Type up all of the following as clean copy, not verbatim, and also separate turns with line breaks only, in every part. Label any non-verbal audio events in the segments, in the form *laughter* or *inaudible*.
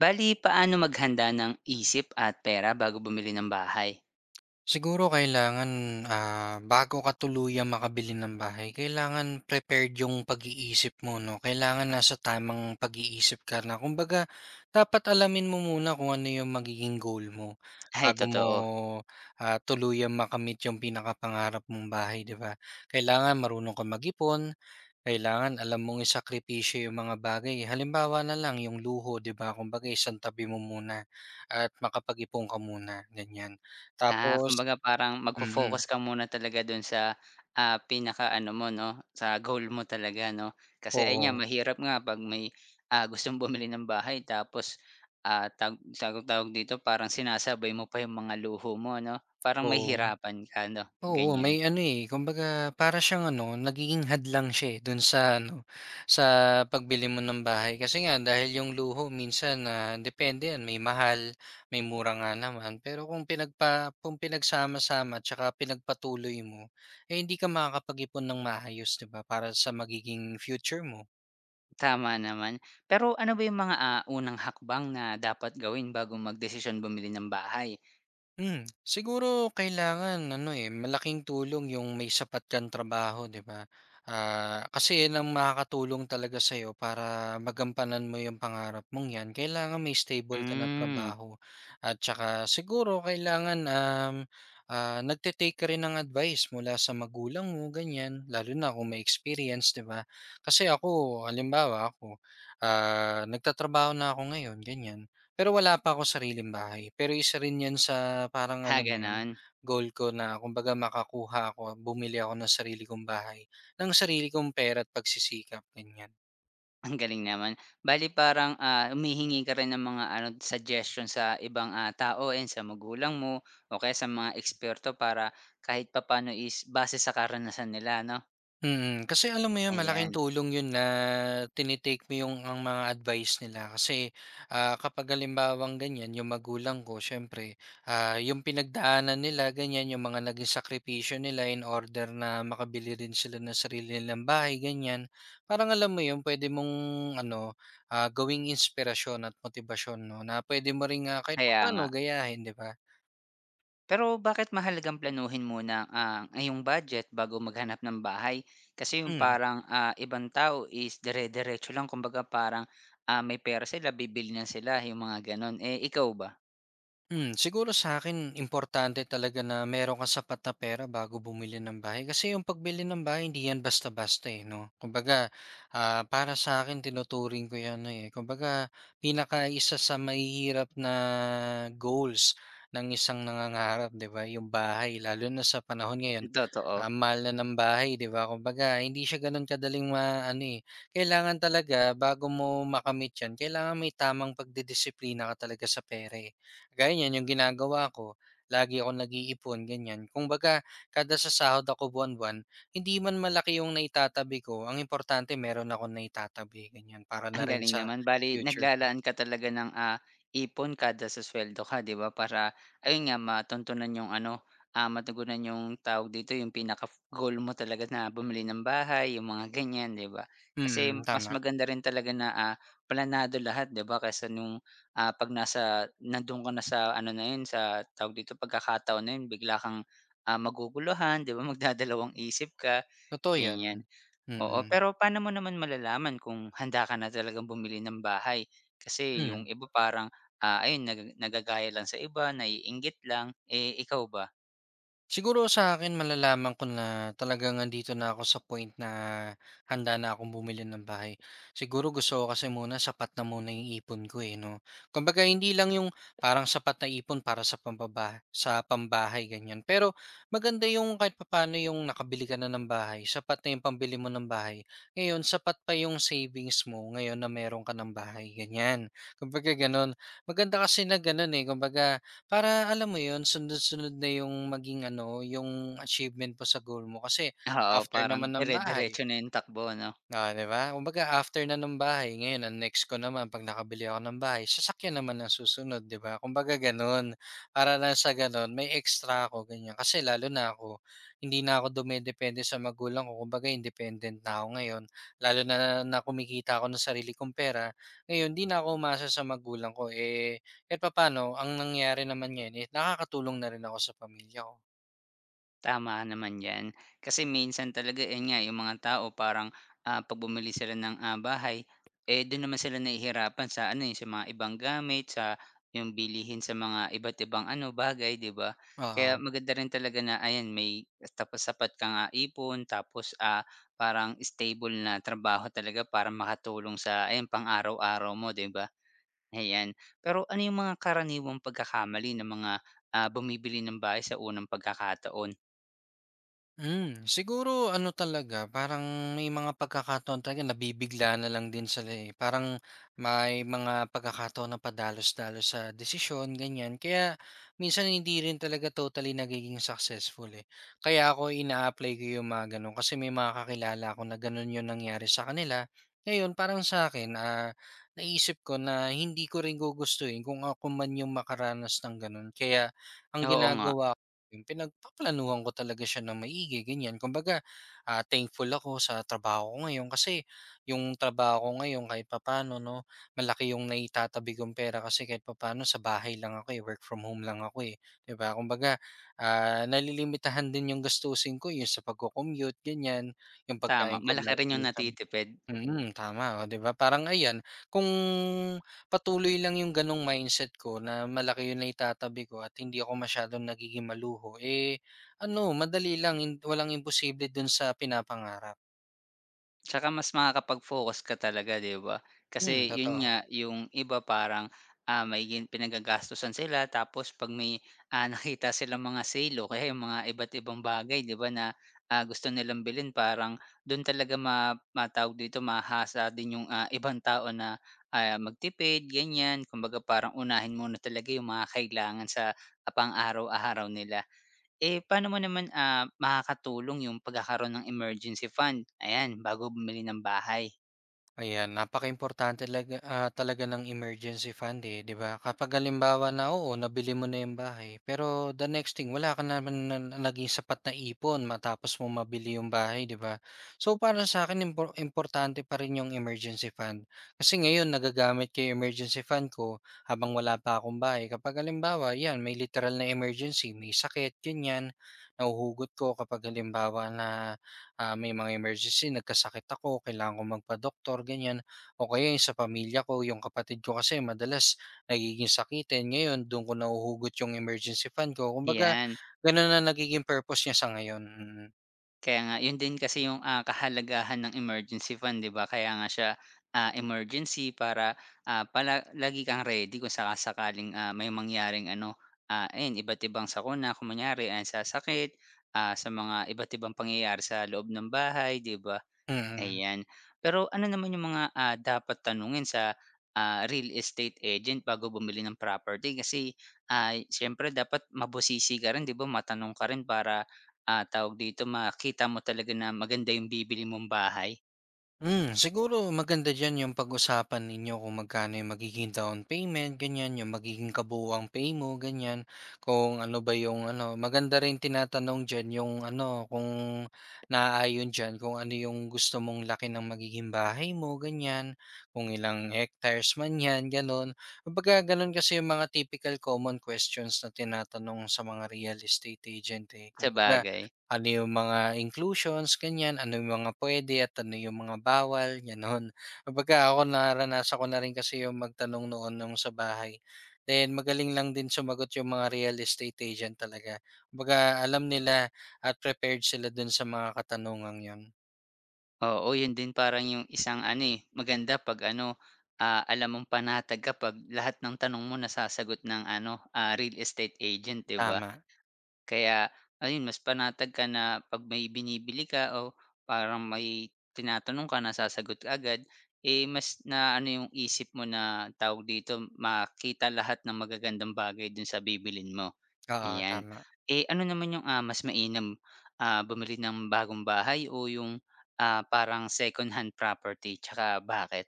Bale, paano maghanda ng isip at pera bago bumili ng bahay?
Siguro kailangan, bago ka tuluyang makabili ng bahay, kailangan prepared yung pag-iisip mo 'no, kailangan nasa tamang pag-iisip ka na. Kumbaga, dapat alamin mo muna kung ano yung magiging goal mo
Ay,
bago mo,
totoo.
tuluyang makamit yung pinakapangarap mong bahay, 'di ba? Kailangan marunong ka mag-ipon, kailangan alam mong isakripisyo yung mga bagay. Halimbawa na lang yung luho, 'di ba? Kumbaga, isantabi mo muna at makapag-ipon ka muna, ganyan. Tapos
Kumbaga parang
mm,
magfo-focus ka muna talaga dun sa, pinaka ano mo 'no, sa goal mo talaga 'no. Kasi ayun nga,
oo,
mahirap nga 'pag may, gustong bumili ng bahay tapos, tag tawag tawag dito, parang sinasabay mo pa yung mga luho mo 'no, parang
oo.
mahirapan ka 'no,
Oo,
ganyan.
may ano, eh, kumbaga para siyang ano, nagiging hadlang siya, eh, dun sa ano, sa pagbili mo ng bahay. Kasi nga dahil yung luho minsan, na depende yan may mahal, may mura nga naman. Pero kung pinagpa kung pinagsama-sama at saka pinagpatuloy mo, eh, hindi ka makakapag-ipon ng maayos, 'di ba, para sa magiging future mo.
Tama naman. Pero ano ba yung mga, unang hakbang na dapat gawin bago magdesisyon bumili ng bahay?
Hmm, siguro kailangan ano, eh, malaking tulong yung may sapat kang trabaho, 'di ba? Ah, kasi 'yan ang makakatulong talaga sa'yo para magampanan mo yung pangarap mong 'yan, kailangan may stable ka na
Hmm,
trabaho at saka siguro kailangan, nagte-take ka rin ng advice mula sa magulang mo, ganyan. Lalo na kung may experience, 'di ba? Kasi ako, halimbawa ako, nagtatrabaho na ako ngayon, ganyan. Pero wala pa akong sariling bahay, pero isa rin 'yan sa parang
ha,
alam mo 'yun,
gano'n. *laughs*
goal ko na kumbaga makakuha ako, bumili ako ng sarili kong bahay, ng sarili kong pera at pagsisikap, ganiyan.
Ang galing naman. Bale parang, humihingi ka rin ng mga ano, suggestion sa ibang, tao and sa magulang mo o kaya sa mga eksperto para kahit papaano is base sa karanasan nila 'no?
Mm, kasi alam mo 'yun, malaking
Ayan,
tulong 'yun na tinitake mo ang mga advice nila kasi, kapag halimbawang ganiyan 'yung magulang ko siyempre, 'yung pinagdaanan nila ganiyan, 'yung mga naging sakripisyo nila in order na makabili rin sila ng sarili nilang bahay ganiyan, parang alam mo 'yun, pwede mong ano, gawing inspirasyon at motibasyon 'no, na pwede mo ring, kahit
kaya nga.
paano gayahin, 'di ba?
Pero bakit mahalagang planuhin muna ang iyong budget bago maghanap ng bahay? Kasi yung
Mm.
parang, ibang tao is dire-diretso lang kumbaga parang, may pera sila bibili na sila, yung mga gano'n. Eh, ikaw ba?
Hmm, siguro sa akin importante talaga na meron kang sapat na pera bago bumili ng bahay. Kasi yung pagbili ng bahay hindi yan basta-basta, eh, 'no. Kumbaga, para sa sa'kin tinuturing ko yan, eh, kumbaga isa sa mahihirap na goals ng isang nangangarap, 'di ba, yung bahay. Lalo na sa panahon ngayon,
Totoo.
ang mahal na ng bahay, 'di ba. Kumbaga hindi siya gano'n kadaling maano, eh. Kailangan talaga bago mo makamit yan, kailangan may tamang pagdidisiplina ka talaga sa pera, eh. Kaya niyan yung ginagawa ko, lagi akong nag-iipon ganyan. Kumbaga kada sa sahod ako buwan-buwan, hindi man malaki yung naitatabi ko, ang importante meron ako naitatabi ganyan para
Ang
na rin
galing
sa
naman. Bali
future ko.
naglalaan ka talaga ng, ipon kada sa suweldo ka 'di ba para ayun nga matuntunan yung ano, matugunan yung tawag dito yung pinaka goal mo talaga na bumili ng bahay yung mga ganyan 'di ba? Kasi
Mm,
mas
tama,
maganda rin talaga na, planado lahat 'di ba kaysa nung, 'pag nandun ka na sa ano na yun sa tawag dito pagkakataon na yun bigla kang, maguguluhan 'di ba magdadalawang isip ka,
totoo 'yan.
ganyan.
Mm,
Oo, pero
mm.
paano mo naman malalaman kung handa ka na talagang bumili ng bahay? Kasi yung
Hmm.
iba parang, ayun nagagaya lang sa iba, naiinggit lang, eh, ikaw ba?
Siguro sa akin malalaman ko na talagang nandito na ako sa point na handa na akong bumili ng bahay. Siguro gusto ko kasi muna sapat na muna yung ipon ko, eh, 'no. Kumbaga hindi lang yung parang sapat na ipon para sa pambaba sa pambahay ganyan. Pero maganda yung kahit papaano yung nakabili ka na ng bahay, sapat na yung pambili mo ng bahay. Ngayon sapat pa yung savings mo ngayon na meron ka ng bahay, ganyan. Kumbaga gano'n. Maganda kasi na gano'n, eh, kumbaga para alam mo 'yun, sunod-sunod na 'yung maging ano, 'yung achievement po sa goal mo kasi
*laughs* Oo,
after
parang
naman ng bahay.
dire-diretso na yung takbo 'no?
Oo, 'di ba? Kumbaga after na ng bahay ngayon ang next ko naman 'pag nakabili ako ng bahay, sasakyan naman ang susunod, 'di ba? Kumbaga gano'n. Para lang sa gano'n may extra ako, ganyan. Kasi lalo na ako, hindi na ako dumedepende sa magulang ko. Kumbaga independent na ako ngayon. Lalo na na kumikita ako ng sarili kong pera. Ngayon hindi na ako umaasa sa magulang ko, eh, kahit papaano ang nangyari naman ngayon, eh, nakakatulong na rin ako sa pamilya ko.
Tama naman 'yan. Kasi minsan talaga, yun nga, yung mga tao parang, 'pag bumili sila ng, bahay, eh, dun naman sila nahihirapan sa ano, eh, sa mga ibang gamit, sa yung bilihin sa mga iba't ibang ano, bagay, 'di ba? Kaya
Oo.
maganda rin talaga na ayan, may tapos sapat kang, ipon tapos, parang stable na trabaho talaga para makatulong sa ayan, pang-araw-araw mo, 'di ba? Ayan. Pero ano yung mga karaniwang pagkakamali ng mga, bumibili ng bahay sa unang pagkakataon?
Hmm, siguro ano talaga, parang may mga pagkakataon talaga nabibigla na lang din sila, eh. Parang may mga pagkakataon na padalos-dalos sa desisyon, ganyan. Kaya minsan hindi rin talaga totally nagiging successful, eh. Kaya ako ina-apply ko yung mga ganun kasi may mga kakilala ako na ganun yung nangyari sa kanila. Ngayon, parang sa akin, naisip ko na hindi ko rin gugustuhin kung ako man yung makaranas ng ganun. Kaya ang
Oo nga,
ginagawa yung pinagpaplanuhan ko talaga siya nang maigi ganyan. Kumbaga, thankful ako sa trabaho ko ngayon kasi yung trabaho ko ngayon kahit papaano 'no, malaki yung naitatabi kong pera kasi kahit papaano sa bahay lang ako, eh, work from home lang ako, eh, 'di ba? Kumbaga, nalilimitahan din yung gastusin ko, yung sa pagco-commute ganyan, yung
tama.
pagkain ko
Malaki rin
lagi
yung
sa.
natitipid.
Mm, tama, oh, 'di ba? Parang ayan, kung patuloy lang yung gano'ng mindset ko na malaki yung naitatabi ko at hindi ako masyadong nagiging maluho, eh, ano madali lang. Walang imposible dun sa pinapangarap.
Tsaka mas makakapag-focus ka talaga, 'di ba? Kasi
Hmm,
yun
totoo.
nga, yung iba parang, may pinanggagastusan sila tapos 'pag may, *laughs* nakita silang mga sale o kaya yung mga iba't ibang bagay, 'di ba, na, gusto nilang bilhin parang dun talaga ma ma dito, mahahasa din yung, ibang tao na, magtipid, ganyan. Kumbaga parang unahin muna talaga yung mga kailangan sa, pang-araw-araw nila. Eh, paano mo naman, makakatulong yung pagkakaroon ng emergency fund, ayan, bago bumili ng bahay,
Ayan, napakaimportante talaga, talaga ng emergency fund eh, 'di ba? Kapag halimbawa na oo, nabili mo na 'yung bahay, pero the next thing wala ka naman na na naging sapat na ipon matapos mo mabili 'yung bahay, 'di ba? So para sa akin importante pa rin 'yung emergency fund. Kasi ngayon nagagamit ko 'yung emergency fund ko habang wala pa akong bahay. Kapag halimbawa, 'yan, may literal na emergency, may sakit, ganyan, nahuhugot ko kapag halimbawa na may mga emergency, nagkasakit ako, kailangan kong magpa-doktor, ganyan. O kaya yung sa pamilya ko, yung kapatid ko kasi madalas nagiging sakitin. Ngayon, doon ko nahuhugot yung emergency fund ko. Kumbaga,
yan.
ganun na nagiging purpose niya sa ngayon. Mm.
Kaya nga yun din kasi yung, kahalagahan ng emergency fund, 'di ba? Kaya nga siya, emergency para, pala lagi kang ready kung sakasakaling, may mangyaring ano, ayan iba't ibang sakuna, kung kunyari ayan sa sakit, sa mga iba't ibang pangyayari sa loob ng bahay, 'di ba?
Mm.
Ayan. Pero ano naman yung mga, dapat tanungin sa, real estate agent bago bumili ng property? Kasi, siyempre dapat mabusisi ka rin 'di ba, matanong ka rin para, tawag dito, makita mo talaga na maganda yung bibili mong bahay.
Hmm, siguro maganda diyan yung pag-usapan ninyo kung magkano yung magiging down payment, ganyan, yung magiging kabuuang pay mo, ganyan. Kung ano ba yung ano, maganda rin tinatanong diyan yung ano, kung naaayon diyan kung ano yung gusto mong laki ng magiging bahay mo, ganyan, kung ilang hectares man 'yan, ganun. Kumbaga ganun kasi yung mga typical common questions na tinatanong sa mga real estate agent eh. Kumbaga
Sabagay,
ano yung mga inclusions, ganyan, ano yung mga pwede at ano yung mga bawal, gano'n. *laughs* Kumbaga ako naranasan ko na rin kasi yung magtanong noon nung sa bahay. Then magaling lang din sumagot yung mga real estate agent talaga. Kumbaga alam nila at prepared sila dun sa mga katanungang yun.
oo, yun din parang yung isang ano, eh, maganda 'pag ano, alam mong panatag ka 'pag lahat ng tanong mo nasasagot ng ano, real estate agent 'di ba?
Tama,
Kaya ayun mas panatag ka na 'pag may binibili ka o parang may tinatanong ka nasasagot ka agad, eh, mas na ano yung isip mo na tawag dito, makita lahat ng magagandang bagay dun sa bibilin mo,
oo,
ayan.
tama.
Eh, ano naman yung, mas mainam, bumili ng bagong bahay o yung, parang second hand property tsaka bakit?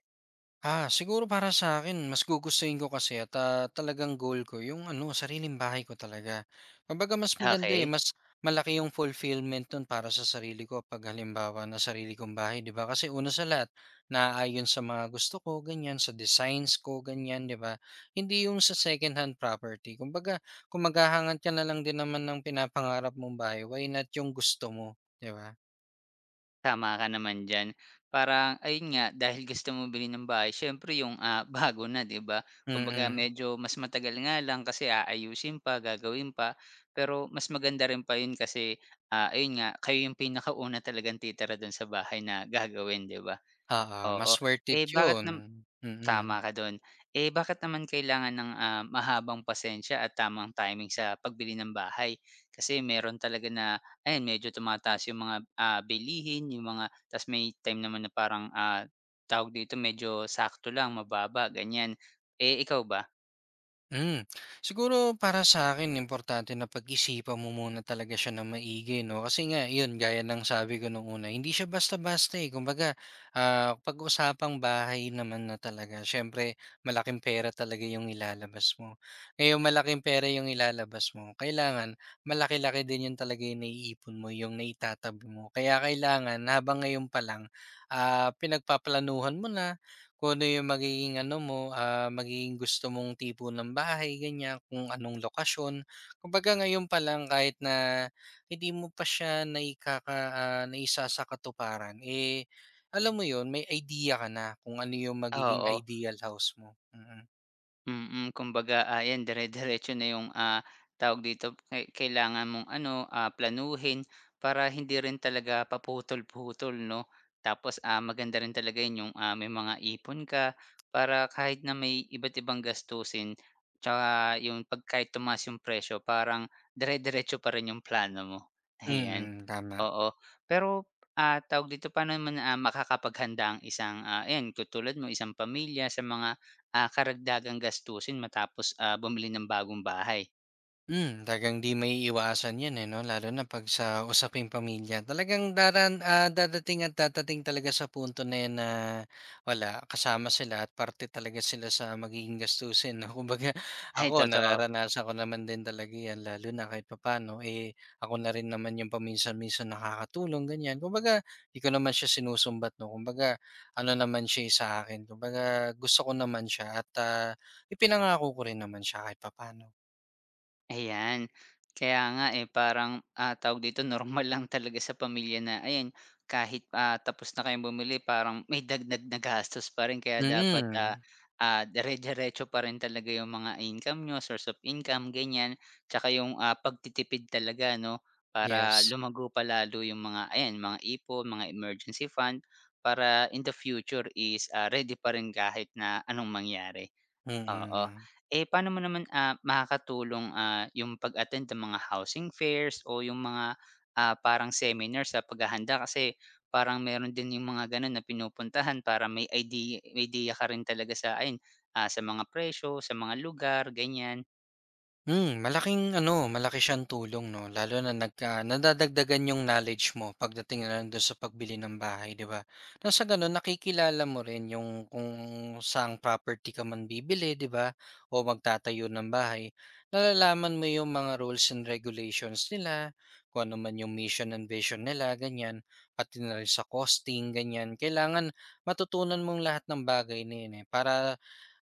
Ah, siguro para sa akin mas gugustuhin ko kasi at, talagang goal ko yung ano, sariling bahay ko talaga. Kumbaga mas maganda, eh,
Okay.
mas malaki yung fulfillment nun para sa sarili ko 'pag halimbawa na sarili kong bahay, 'di ba? Kasi una sa lahat, naaayon sa mga gusto ko, ganyan, sa designs ko, ganyan, 'di ba? Hindi yung sa second hand property. Kumbaga, kung maghahangad ka na lang din naman ng pinapangarap mong bahay, why not yung gusto mo, 'di ba?
Tama ka naman diyan. Parang ayun nga, dahil gusto mo bilhin ng bahay siyempre yung, *laughs* bago na 'di ba?
Mm.
Kumbaga
Mm.
medyo mas matagal nga lang kasi aayusin pa, gagawin pa. Pero mas maganda rin pa yun kasi, ayun nga, kayo yung pinakauna talagang titira dun sa bahay na gagawin 'di ba?
Mas
Oo.
worth it
Eh, bakit
yun.
nam
Mm. Mm.
Tama ka do'n. Eh, bakit naman kailangan ng, mahabang pasensya at tamang timing sa pagbili ng bahay? Kasi meron talaga na ayan medyo tumataas yung mga, bilihin, yung mga ta's may time naman na parang, tawag dito, medyo sakto lang, mababa, ganyan. Eh, ikaw ba?
Hmm, siguro para sa akin importante na pag-isipan mo muna talaga siya ng maigi 'no, kasi nga 'yun gaya ng sabi ko nung una, hindi siya basta-basta, eh. Kumbaga, pag-usapang bahay naman na talaga siyempre malaking pera talaga yung ilalabas mo. Ngayon malaking pera yung ilalabas mo, kailangan malaki-laki din 'yun talaga yung naiipon mo, yung naitatabi mo. Kaya kailangan habang ngayon pa lang, pinagpaplanuhan mo na kung ano yung magiging ano mo, magiging gusto mong tipo ng bahay, ganyan, kung anong lokasyon. Kumbaga ngayon pa lang kahit na hindi mo pa siya naisa sa katuparan, eh, alam mo yun, may idea ka na kung ano yung magiging
Oo.
ideal house mo. Mm.
Mm, kumbaga, 'yan dire-diretso na 'yung, tawag dito, kailangan mong ano, planuhin para hindi rin talaga paputol-putol 'no. Tapos, maganda rin talaga 'yun 'yung, may mga ipon ka para kahit na may iba't ibang gastusin, tsaka 'yung 'pag kahit tumaas 'yung presyo parang dire-diretso pa rin 'yung plano mo, *laughs* ayan.
Mm, tama.
Oo, pero, tawag dito, paano man makakapaghanda ang isang, ayan katulad mo, isang pamilya sa mga karagdagang gastusin matapos, bumili ng bagong bahay.
Hmm, talagang 'di may iwasan yun eh, 'no, lalo na 'pag sa usaping pamilya. Talagang dadating at dadating talaga sa punto na 'yan na wala, kasama sila at parte talaga sila sa magiging gastusin, 'no. *laughs* Kumbaga
Ay,
ako,
totoo.
nararanasan ko naman din talaga 'yan lalo na kahit papaano, eh, ako na rin naman yung paminsan-minsan nakakatulong, ganyan. Kumbaga, 'di ko naman siya sinusumbat, 'no, kumbaga ano naman siya, eh, sa akin. Kumbaga gusto ko naman siya at, ipinangako ko rin naman siya kahit papaano.
Ayan. Kaya nga, eh, parang, tawag dito, *laughs* normal lang talaga sa pamilya na ayan, kahit, tapos na kayong bumili parang may dagdag na gastos pa rin kaya dapat,
Mm.
dire-diretso pa rin talaga yung mga income niyo, source of income, ganyan. Tsaka yung, pagtitipid talaga 'no, para
Yes,
lumago pa lalo yung mga ayan, mga ipo mga emergency fund, para in the future is, ready pa rin kahit na anong mangyari. Oo.
mm.
Eh, paano mo naman, makakatulong, yung pag-attend ng mga housing fairs o yung mga, parang seminar sa paghahanda? Kasi parang meron din yung mga gano'n na pinupuntahan para may ideya ka rin talaga sa ayun, sa mga presyo, sa mga lugar, ganyan.
Hmm, malaking ano, malaki siyang tulong 'no, lalo na nadadagdagan yung knowledge mo pagdating na lang dun sa pagbili ng bahay, 'di ba? Nang sa ganun nakikilala mo rin yung kung saang property ka man bibili, 'di ba, o magtatayo ng bahay. Nalalaman mo yung mga rules and regulations nila, kung ano man yung mission and vision nila, ganyan. Pati na rin sa costing, ganyan. Kailangan matutunan mong lahat ng bagay na yun, eh, para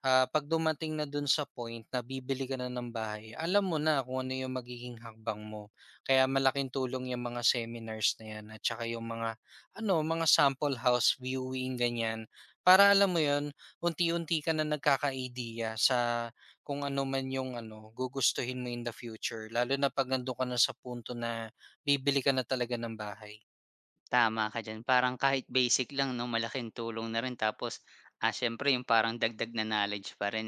'pag dumating na dun sa point na bibili ka na ng bahay, alam mo na kung ano yung magiging hakbang mo. Kaya malaking tulong yung mga seminars na yan at saka yung mga ano, mga sample house viewing, ganyan. Para alam mo yon, unti-unti ka na nagkaka-ideya sa kung ano man yung ano, gugustuhin mo in the future. Lalo na 'pag nandun ka na sa punto na bibili ka na talaga ng bahay.
Tama ka diyan, parang kahit basic lang 'no, malaking tulong na rin tapos, siyempre yung parang dagdag na knowledge pa rin.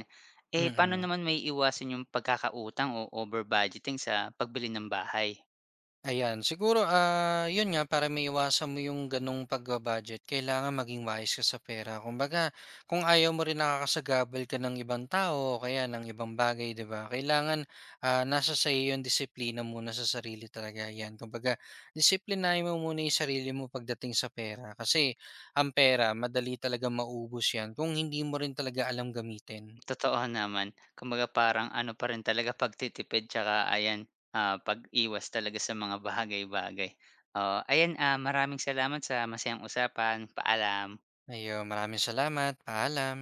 Eh,
Mm.
paano
Mm.
naman may maiiwasan yung pagkakautang o over budgeting sa pagbili ng bahay?
Ayan, siguro, yun nga para maiwasan mo yung ganong pagba-budget kailangan maging wise ka sa pera. Kumbaga, kung ayaw mo rin nakakasagabal ka ng ibang tao o kaya ng ibang bagay, 'di ba? Kailangan, nasa sa iyo yung disiplina muna sa sarili talaga, 'yan. Kumbaga, disiplinahin mo muna yung sarili mo pagdating sa pera kasi ang pera madali talaga maubos 'yan kung hindi mo rin talaga alam gamitin.
Totoo naman. Kumbaga parang ano pa rin talaga pagtitipid tsaka ayan, pag-iwas talaga sa mga bagay-bagay. Oo, ayan, maraming salamat sa masayang usapan. Paalam.
Ayun, maraming salamat, paalam.